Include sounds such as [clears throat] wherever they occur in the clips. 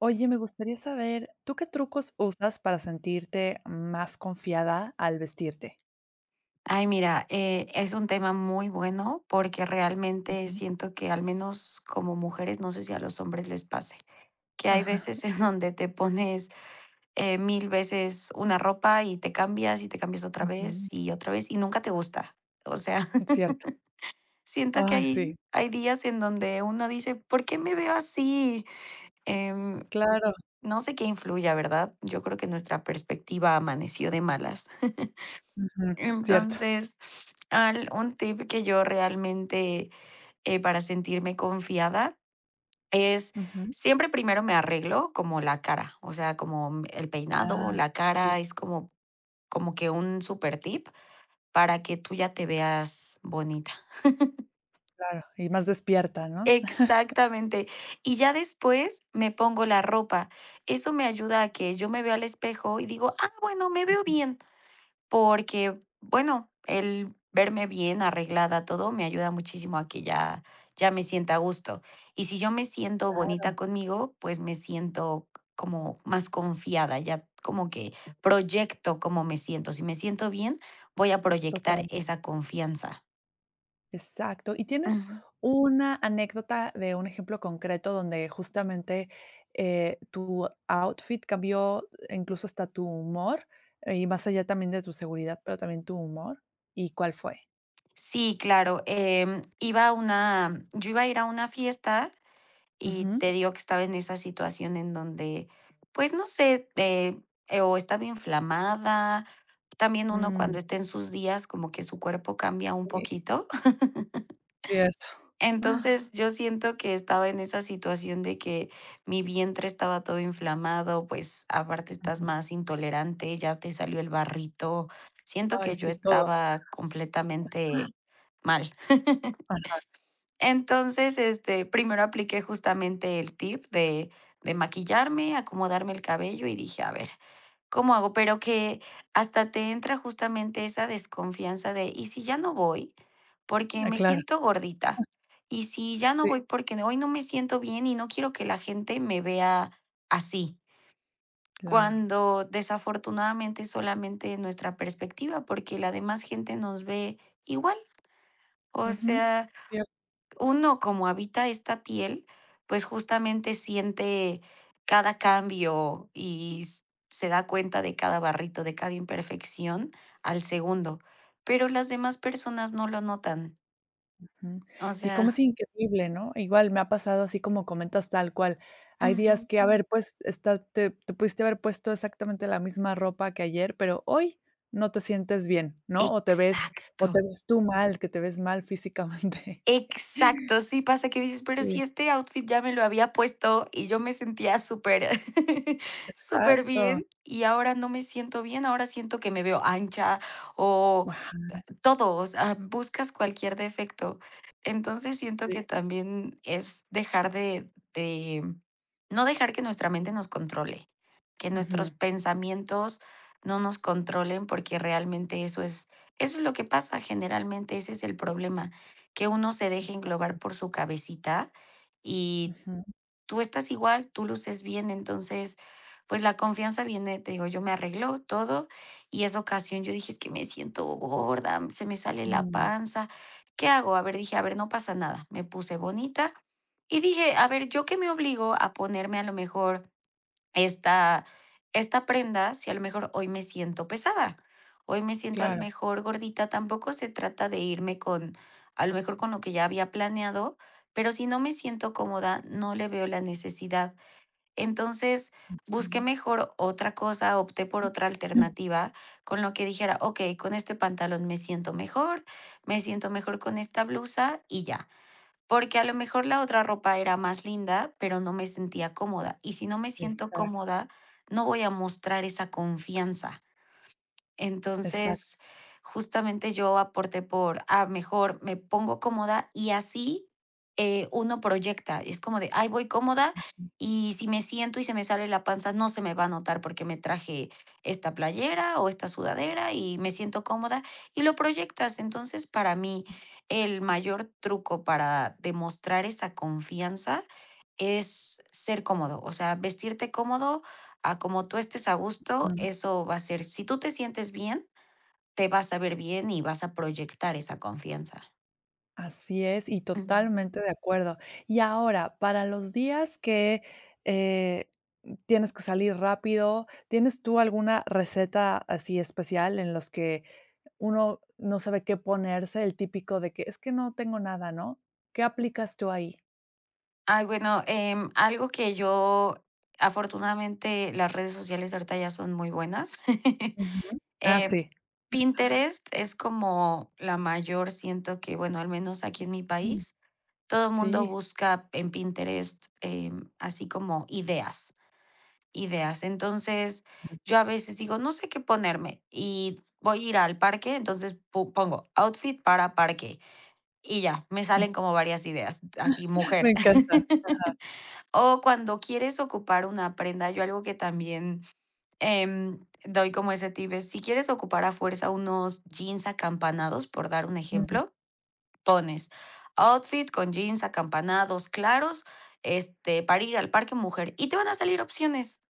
Oye, me gustaría saber, ¿tú qué trucos usas para sentirte más confiada al vestirte? Ay, mira, es un tema muy bueno porque realmente Ujú. siento que al menos como mujeres, no sé si a los hombres les pase, que hay Ajá, veces [laughs] en donde te pones mil veces una ropa y te cambias ujú, otra vez y nunca te gusta. O sea, [laughs] cierto. siento que Ay, hay, sí, hay días en donde uno dice, ¿por qué me veo así? Em, claro. no sé qué influya, ¿verdad? Yo creo que nuestra perspectiva amaneció de malas. [laughs] Ujú, cierto. Entonces, al un tip que yo realmente, para sentirme confiada es Ujú. siempre primero me arreglo como la cara, o sea, como el peinado, Ah, la sí, cara es como como que un super tip para que tú ya te veas bonita. claro, y más despierta, ¿no? Exactamente. Y ya después me pongo la ropa. Eso me ayuda a que yo me vea al espejo y digo: "Ah, bueno, me veo bien". [laughs] Porque, bueno, el verme bien arreglada, todo, me ayuda muchísimo a que ya me sienta a gusto. Y si yo me siento Claro, bonita conmigo, pues, me siento como más confiada, ya como que proyecto cómo me siento. Si me siento bien, voy a proyectar total. esa confianza. Exacto. ¿Y tienes Ujú. una anécdota de un ejemplo concreto donde justamente, tu outfit cambió, incluso hasta tu humor, y más allá también de tu seguridad, pero también tu humor? ¿Y cuál fue? Sí, claro, iba a una yo iba a ir a una fiesta. Y Ujú. te digo que estaba en esa situación en donde, pues, no sé, o estaba inflamada. También uno cuando Mm, está en sus días, como que su cuerpo cambia un sí, poquito. cierto. [laughs] Entonces, [gasps] yo siento que estaba en esa situación de que mi vientre estaba todo inflamado, pues, aparte Ah, estás ujú. más intolerante, ya te salió el barrito. Siento Ay, que yo sí, todo. estaba completamente mal. Ah, Entonces, este, primero apliqué justamente el tip de maquillarme, acomodarme el cabello y dije: "A ver, ¿cómo hago?". Pero que hasta te entra justamente esa desconfianza de: "¿Y si ya no voy? Porque ah, me claro. siento gordita. ¿Y si ya no Sí, voy? Porque hoy no me siento bien y no quiero que la gente me vea así". claro. Cuando desafortunadamente solamente nuestra perspectiva, porque la demás gente nos ve igual. O Ujú. sea, uno como habita esta piel, pues justamente siente cada cambio y se da cuenta de cada barrito, de cada imperfección al segundo, pero las demás personas no lo notan. Ujú. O Sí, sea, como es increíble, ¿no? Igual me ha pasado así como comentas tal cual. [laughs] Hay ujú, días que, a ver, pues, está te pudiste haber puesto exactamente la misma ropa que ayer, pero hoy no te sientes bien, ¿no? O te exacto. ves tú mal, que te ves mal físicamente. [laughs] Exacto, sí pasa que dices, pero Sí, si este outfit ya me lo había puesto y yo me sentía súper, [laughs] súper exacto. bien y ahora no me siento bien, ahora siento que me veo ancha o Ajá, todo, o sea, buscas cualquier defecto. Entonces siento que sí. también es dejar de no dejar que nuestra mente nos controle, que nuestros Ujú. pensamientos no nos controlen, porque realmente eso es lo que pasa generalmente, ese es el problema, que uno se deje Exacto. englobar por su cabecita y Ujú. tú estás igual, tú luces bien, entonces, pues la confianza viene, te digo, yo me arreglo todo y esa ocasión yo dije, es que me siento gorda, se me sale la Mm, panza, ¿qué hago? A ver, dije, a ver, no pasa nada, me puse bonita y dije, a ver, yo que me obligo a ponerme a lo mejor esta esta prenda si a lo mejor hoy me siento pesada, hoy me siento a lo claro. mejor gordita, tampoco se trata de irme con a lo mejor con lo que ya había planeado, pero si no me siento cómoda, no le veo la necesidad. Entonces, busqué Ujú. mejor otra cosa, opté por otra [clears throat] alternativa con lo que dijera: "Okey, con este pantalón me siento mejor con esta blusa", y ya. Porque a lo mejor la otra ropa era más linda, pero no me sentía cómoda. Y si no me siento Exacto, cómoda, no voy a mostrar esa confianza. exacto. Entonces, justamente yo aporté por, ah, mejor me pongo cómoda y así uno proyecta. Es como de, ay, voy cómoda y si me siento y se me sale la panza, no se me va a notar porque me traje esta playera o esta sudadera y me siento cómoda y lo proyectas. Entonces, para mí, el mayor truco para demostrar esa confianza es ser cómodo, o sea, vestirte cómodo a como tú estés a gusto, eso va a ser, si tú te sientes bien, te vas a ver bien y vas a proyectar esa confianza. Así es, y Ujú. totalmente de acuerdo. Y ahora, para los días que, eh, tienes que salir rápido, ¿tienes tú alguna receta así especial en los que uno no sabe qué ponerse? El típico de que: "Es que no tengo nada", ¿no? ¿Qué aplicas tú ahí? Ay, bueno, algo que yo, afortunadamente, las redes sociales ahorita ya son muy buenas. [laughs] Ujú. Ah, Eh, sí. Pinterest es como la mayor, siento que, bueno, al menos aquí en mi Mm, país, todo el mundo sí, busca en Pinterest así como ideas. Ideas. Entonces, yo a veces digo, no sé qué ponerme y voy a ir al parque, entonces pongo outfit para parque y ya, me salen [laughs] como varias ideas, así mujer. me encanta. [laughs] O cuando quieres ocupar una prenda, yo algo que también doy como ese tip es, si quieres ocupar a fuerza unos jeans acampanados, por dar un Mm. ejemplo, pones outfit con jeans acampanados claros, este, para ir al parque mujer y te van a salir opciones.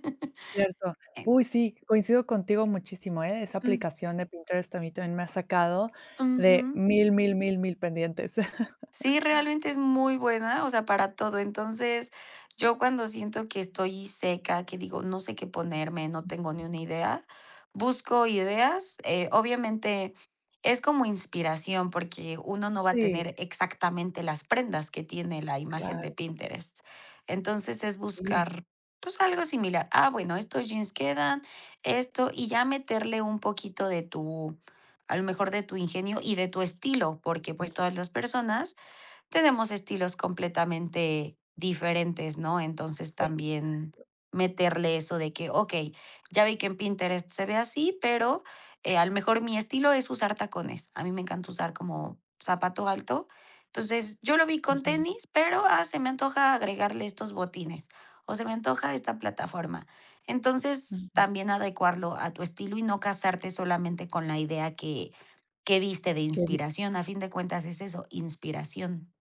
[laughs] Cierto. Uy, sí, coincido contigo muchísimo, ¿eh? Esa Eh, aplicación de Pinterest a mí también me ha sacado de Ujú. mil, mil, mil, mil pendientes. [laughs] Sí, realmente es muy buena, o sea, para todo. Entonces, yo cuando siento que estoy seca, que digo, no sé qué ponerme, no tengo ni una idea, busco ideas. Obviamente es como inspiración porque uno no va a Sí, tener exactamente las prendas que tiene la imagen de claro, Pinterest. Entonces es sí. buscar pues algo similar. Ah, bueno, estos jeans quedan, esto, y ya meterle un poquito de tu, a lo mejor de tu ingenio y de tu estilo, porque Mm, pues todas las personas tenemos estilos completamente diferentes, ¿no? Entonces eh, también meterle eso de que, ok, ya vi que en Pinterest se ve así, pero a lo mejor mi estilo es usar tacones. A mí me encanta usar como zapato alto. Entonces yo lo vi con ujú, tenis, pero ah, se me antoja agregarle estos botines o se me antoja esta plataforma. Entonces ujú. también adecuarlo a tu estilo y no casarte solamente con la idea que viste de Qué bien. inspiración. A fin de cuentas es eso, inspiración.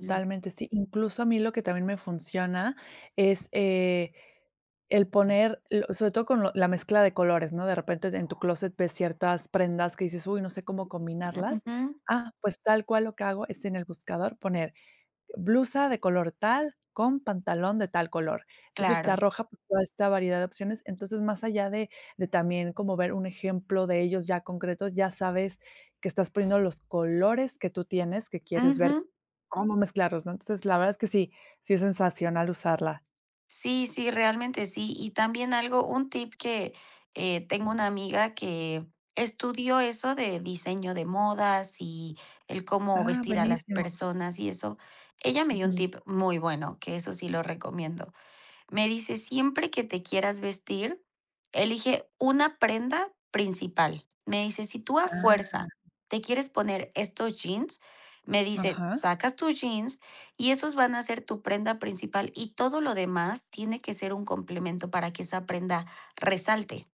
Mm, sí. Incluso a mí lo que también me funciona es, el poner, lo sobre todo con lo la mezcla de colores, ¿no? De repente en tu closet ves ciertas prendas que dices: "Uy, no sé cómo combinarlas". ujú, Ah, pues tal cual lo que hago es en el buscador poner blusa de color tal, con pantalón de tal color. Entonces, te claro. arroja, pues, toda esta variedad de opciones. Entonces, más allá de también como ver un ejemplo de ellos ya concretos, ya sabes que estás poniendo los colores que tú tienes, que quieres ver Ujú. cómo mezclarlos, ¿no? Entonces, la verdad es que sí, sí es sensacional usarla. Sí, sí, realmente sí. Y también algo, un tip que, tengo una amiga que estudió eso de diseño de modas y el cómo Ah, vestir a las buenísimo. personas y eso. Ella me dio un Ujú. tip muy bueno, que eso sí lo recomiendo. Me dice, siempre que te quieras vestir, elige una prenda principal. Me dice, si tú a Ah, fuerza te quieres poner estos jeans, me dice, ajá, sacas tus jeans y esos van a ser tu prenda principal y todo lo demás tiene que ser un complemento para que esa prenda resalte.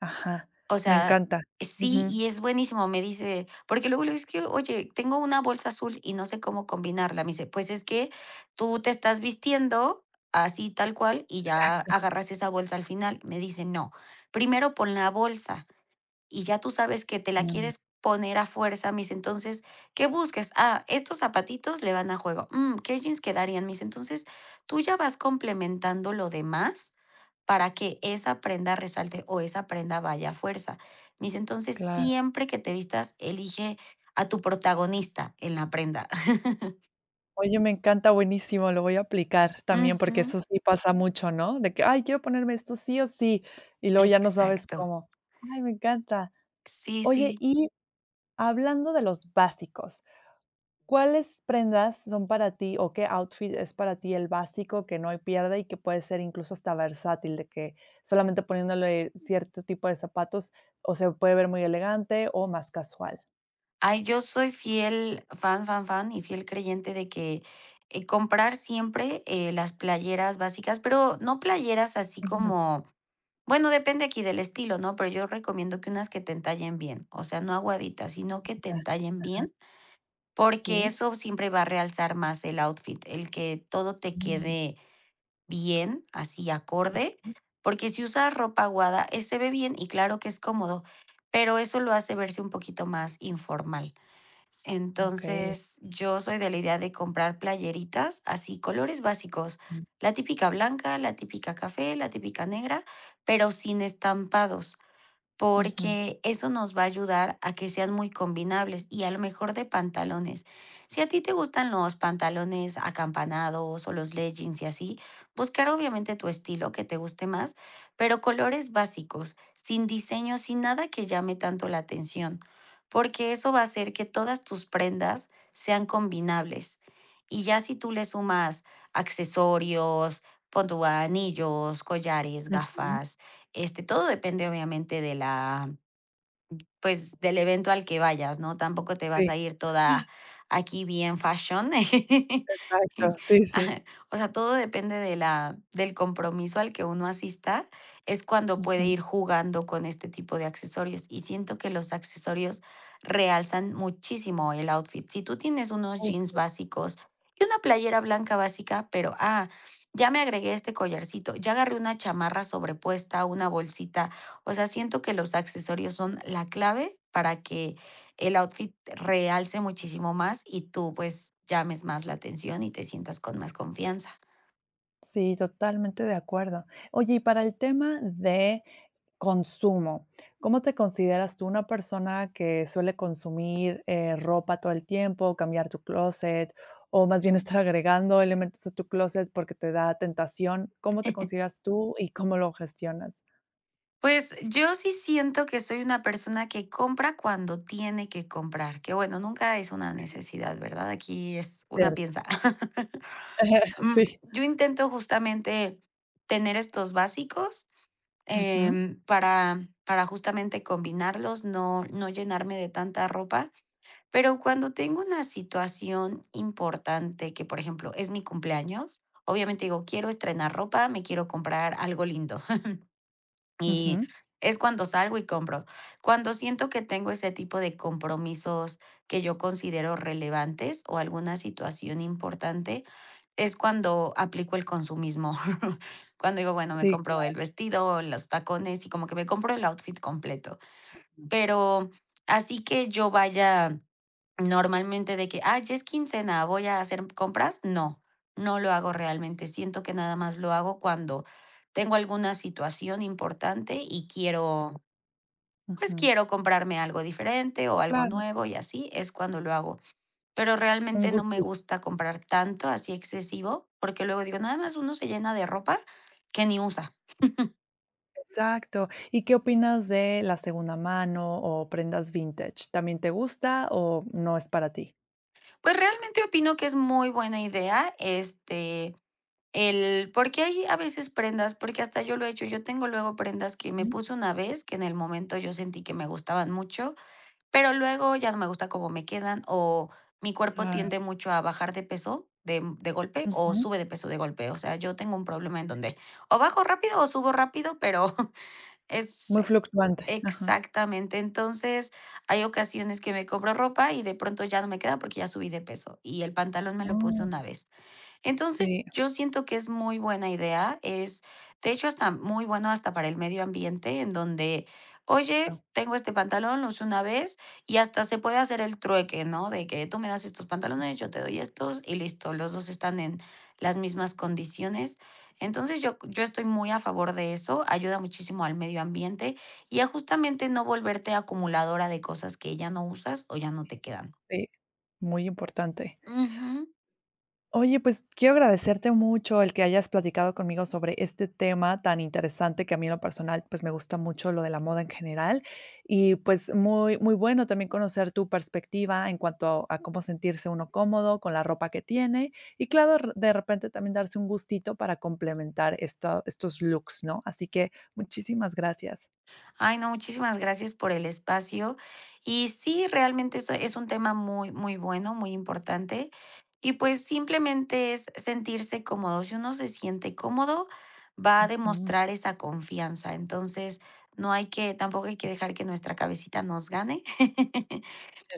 ajá. O Me sea, encanta. sí, Ujú. y es buenísimo, me dice, porque luego le digo, es que, oye, tengo una bolsa azul y no sé cómo combinarla. Me dice, pues es que tú te estás vistiendo así tal cual y ya Exacto. agarras esa bolsa al final. Me dice, no, primero pon la bolsa y ya tú sabes que te la Mm, quieres poner a fuerza, mis, entonces, ¿qué busques? Ah, estos zapatitos le van a juego. Mm, ¿qué jeans quedarían, mis? Entonces, tú ya vas complementando lo demás para que esa prenda resalte o esa prenda vaya a fuerza. Mis, entonces, claro. siempre que te vistas, elige a tu protagonista en la prenda. [laughs] Oye, me encanta, buenísimo, lo voy a aplicar también, porque Ujú, eso sí pasa mucho, ¿no? De que, ay, quiero ponerme esto sí o sí, y luego ya no sabes exacto. cómo. Ay, me encanta. Sí, Oye, sí. y hablando de los básicos, ¿cuáles prendas son para ti o qué outfit es para ti el básico que no hay pierde y que puede ser incluso hasta versátil, de que solamente poniéndole cierto tipo de zapatos o se puede ver muy elegante o más casual? Ay, yo soy fiel fan, fan, fan y fiel creyente de que, comprar siempre, las playeras básicas, pero no playeras así Ujú, como bueno, depende aquí del estilo, ¿no? Pero yo recomiendo que unas que te entallen bien, o sea, no aguaditas, sino que te ya, entallen ajá, bien, porque sí. eso siempre va a realzar más el outfit, el que todo te Mm, quede bien, así acorde, ujú, porque si usas ropa aguada, se ve bien y claro que es cómodo, pero eso lo hace verse un poquito más informal. Entonces, yo soy de la idea de comprar playeritas así, colores básicos. mm, La típica blanca, la típica café, la típica negra, pero sin estampados ujú. porque eso nos va a ayudar a que sean muy combinables y a lo mejor de pantalones. Si a ti te gustan los pantalones acampanados o los leggings y así, buscar obviamente tu estilo que te guste más, pero colores básicos, sin diseño, sin nada que llame tanto la atención, porque eso va a hacer que todas tus prendas sean combinables. Y ya si tú le sumas accesorios, pon tú anillos, collares, Ujú. gafas, este, todo depende, obviamente, de la pues, del evento al que vayas, ¿no? Tampoco te vas Sí, a ir toda aquí bien fashion. exacto, sí, [laughs] sí. Ajá, o sea, todo depende de la del compromiso al que uno asista, es cuando puede Ujú, ir jugando con este tipo de accesorios, y siento que los accesorios realzan muchísimo el outfit. Si tú tienes unos jeans justo. básicos y una playera blanca básica, pero, ah, ya me agregué este collarcito, ya agarré una chamarra sobrepuesta, una bolsita o sea, siento que los accesorios son la clave para que el outfit realce muchísimo más y tú pues llames más la atención y te sientas con más confianza. Sí, totalmente de acuerdo. Oye, y para el tema de consumo, ¿cómo te consideras tú una persona que suele consumir, ropa todo el tiempo, cambiar tu closet o más bien estar agregando elementos a tu closet porque te da tentación? ¿Cómo te consideras tú y cómo lo gestionas? Pues yo sí siento que soy una persona que compra cuando tiene que comprar, que bueno, nunca es una necesidad, ¿verdad? Aquí es una Cierto. piensa. [laughs] [laughs] Mm, Sí. yo intento justamente tener estos básicos Ujú, para justamente combinarlos, no, no llenarme de tanta ropa. Pero cuando tengo una situación importante que, por ejemplo, es mi cumpleaños, obviamente digo: "Quiero estrenar ropa, me quiero comprar algo lindo". [laughs] Y ujú. es cuando salgo y compro. Cuando siento que tengo ese tipo de compromisos que yo considero relevantes o alguna situación importante, es cuando aplico el consumismo. [laughs] Cuando digo: "Bueno, me Sí, compro claro. el vestido, los tacones", y como que me compro el outfit completo. Pero así que yo vaya normalmente de que, ay, ya es quincena, voy a hacer compras. No, no lo hago realmente. Siento que nada más lo hago cuando tengo alguna situación importante y quiero, pues Ujú. quiero comprarme algo diferente o algo Claro, nuevo y así es cuando lo hago. Pero un realmente no me gusto. gusta comprar tanto así excesivo porque luego digo, nada más uno se llena de ropa que ni usa. Exacto. ¿Y qué opinas de la segunda mano o prendas vintage? ¿También te gusta o no es para ti? Pues realmente opino que es muy buena idea, este, el porque hay a veces prendas, porque hasta yo lo he hecho, yo tengo luego prendas que me Mm, puse una vez, que en el momento yo sentí que me gustaban mucho, pero luego ya no me gusta cómo me quedan, o mi cuerpo claro. tiende mucho a bajar de peso de golpe, o Ujú. sube de peso de golpe. O sea, yo tengo un problema en donde o bajo rápido o subo rápido, pero [laughs] es Muy fluctuante. Ajá. exactamente. Entonces, hay ocasiones que me compro ropa y de pronto ya no me queda porque ya subí de peso, y el pantalón me lo puse Mm, una vez. Entonces, sí, yo siento que es muy buena idea, es, de hecho, hasta muy bueno hasta para el medio ambiente, en donde, oye, exacto. tengo este pantalón, lo uso una vez y hasta se puede hacer el trueque, ¿no? De que tú me das estos pantalones, yo te doy estos y listo, los dos están en las mismas condiciones. Entonces, yo estoy muy a favor de eso, ayuda muchísimo al medio ambiente y a justamente no volverte acumuladora de cosas que ya no usas o ya no te quedan. Sí, muy importante. Ujú. Oye, pues quiero agradecerte mucho el que hayas platicado conmigo sobre este tema tan interesante que a mí en lo personal, pues me gusta mucho lo de la moda en general y pues muy, muy bueno también conocer tu perspectiva en cuanto a cómo sentirse uno cómodo con la ropa que tiene y claro, de repente también darse un gustito para complementar estos looks, ¿no? Así que muchísimas gracias. Ay, no, muchísimas gracias por el espacio. Y sí, realmente eso es un tema muy, muy bueno, muy importante. Y pues simplemente es sentirse cómodo. Si uno se siente cómodo, va a Ujú, demostrar esa confianza. Entonces, no hay que, tampoco hay que dejar que nuestra cabecita nos gane. [laughs]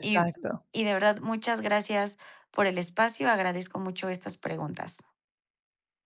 Y, y de verdad, muchas gracias por el espacio. Agradezco mucho estas preguntas.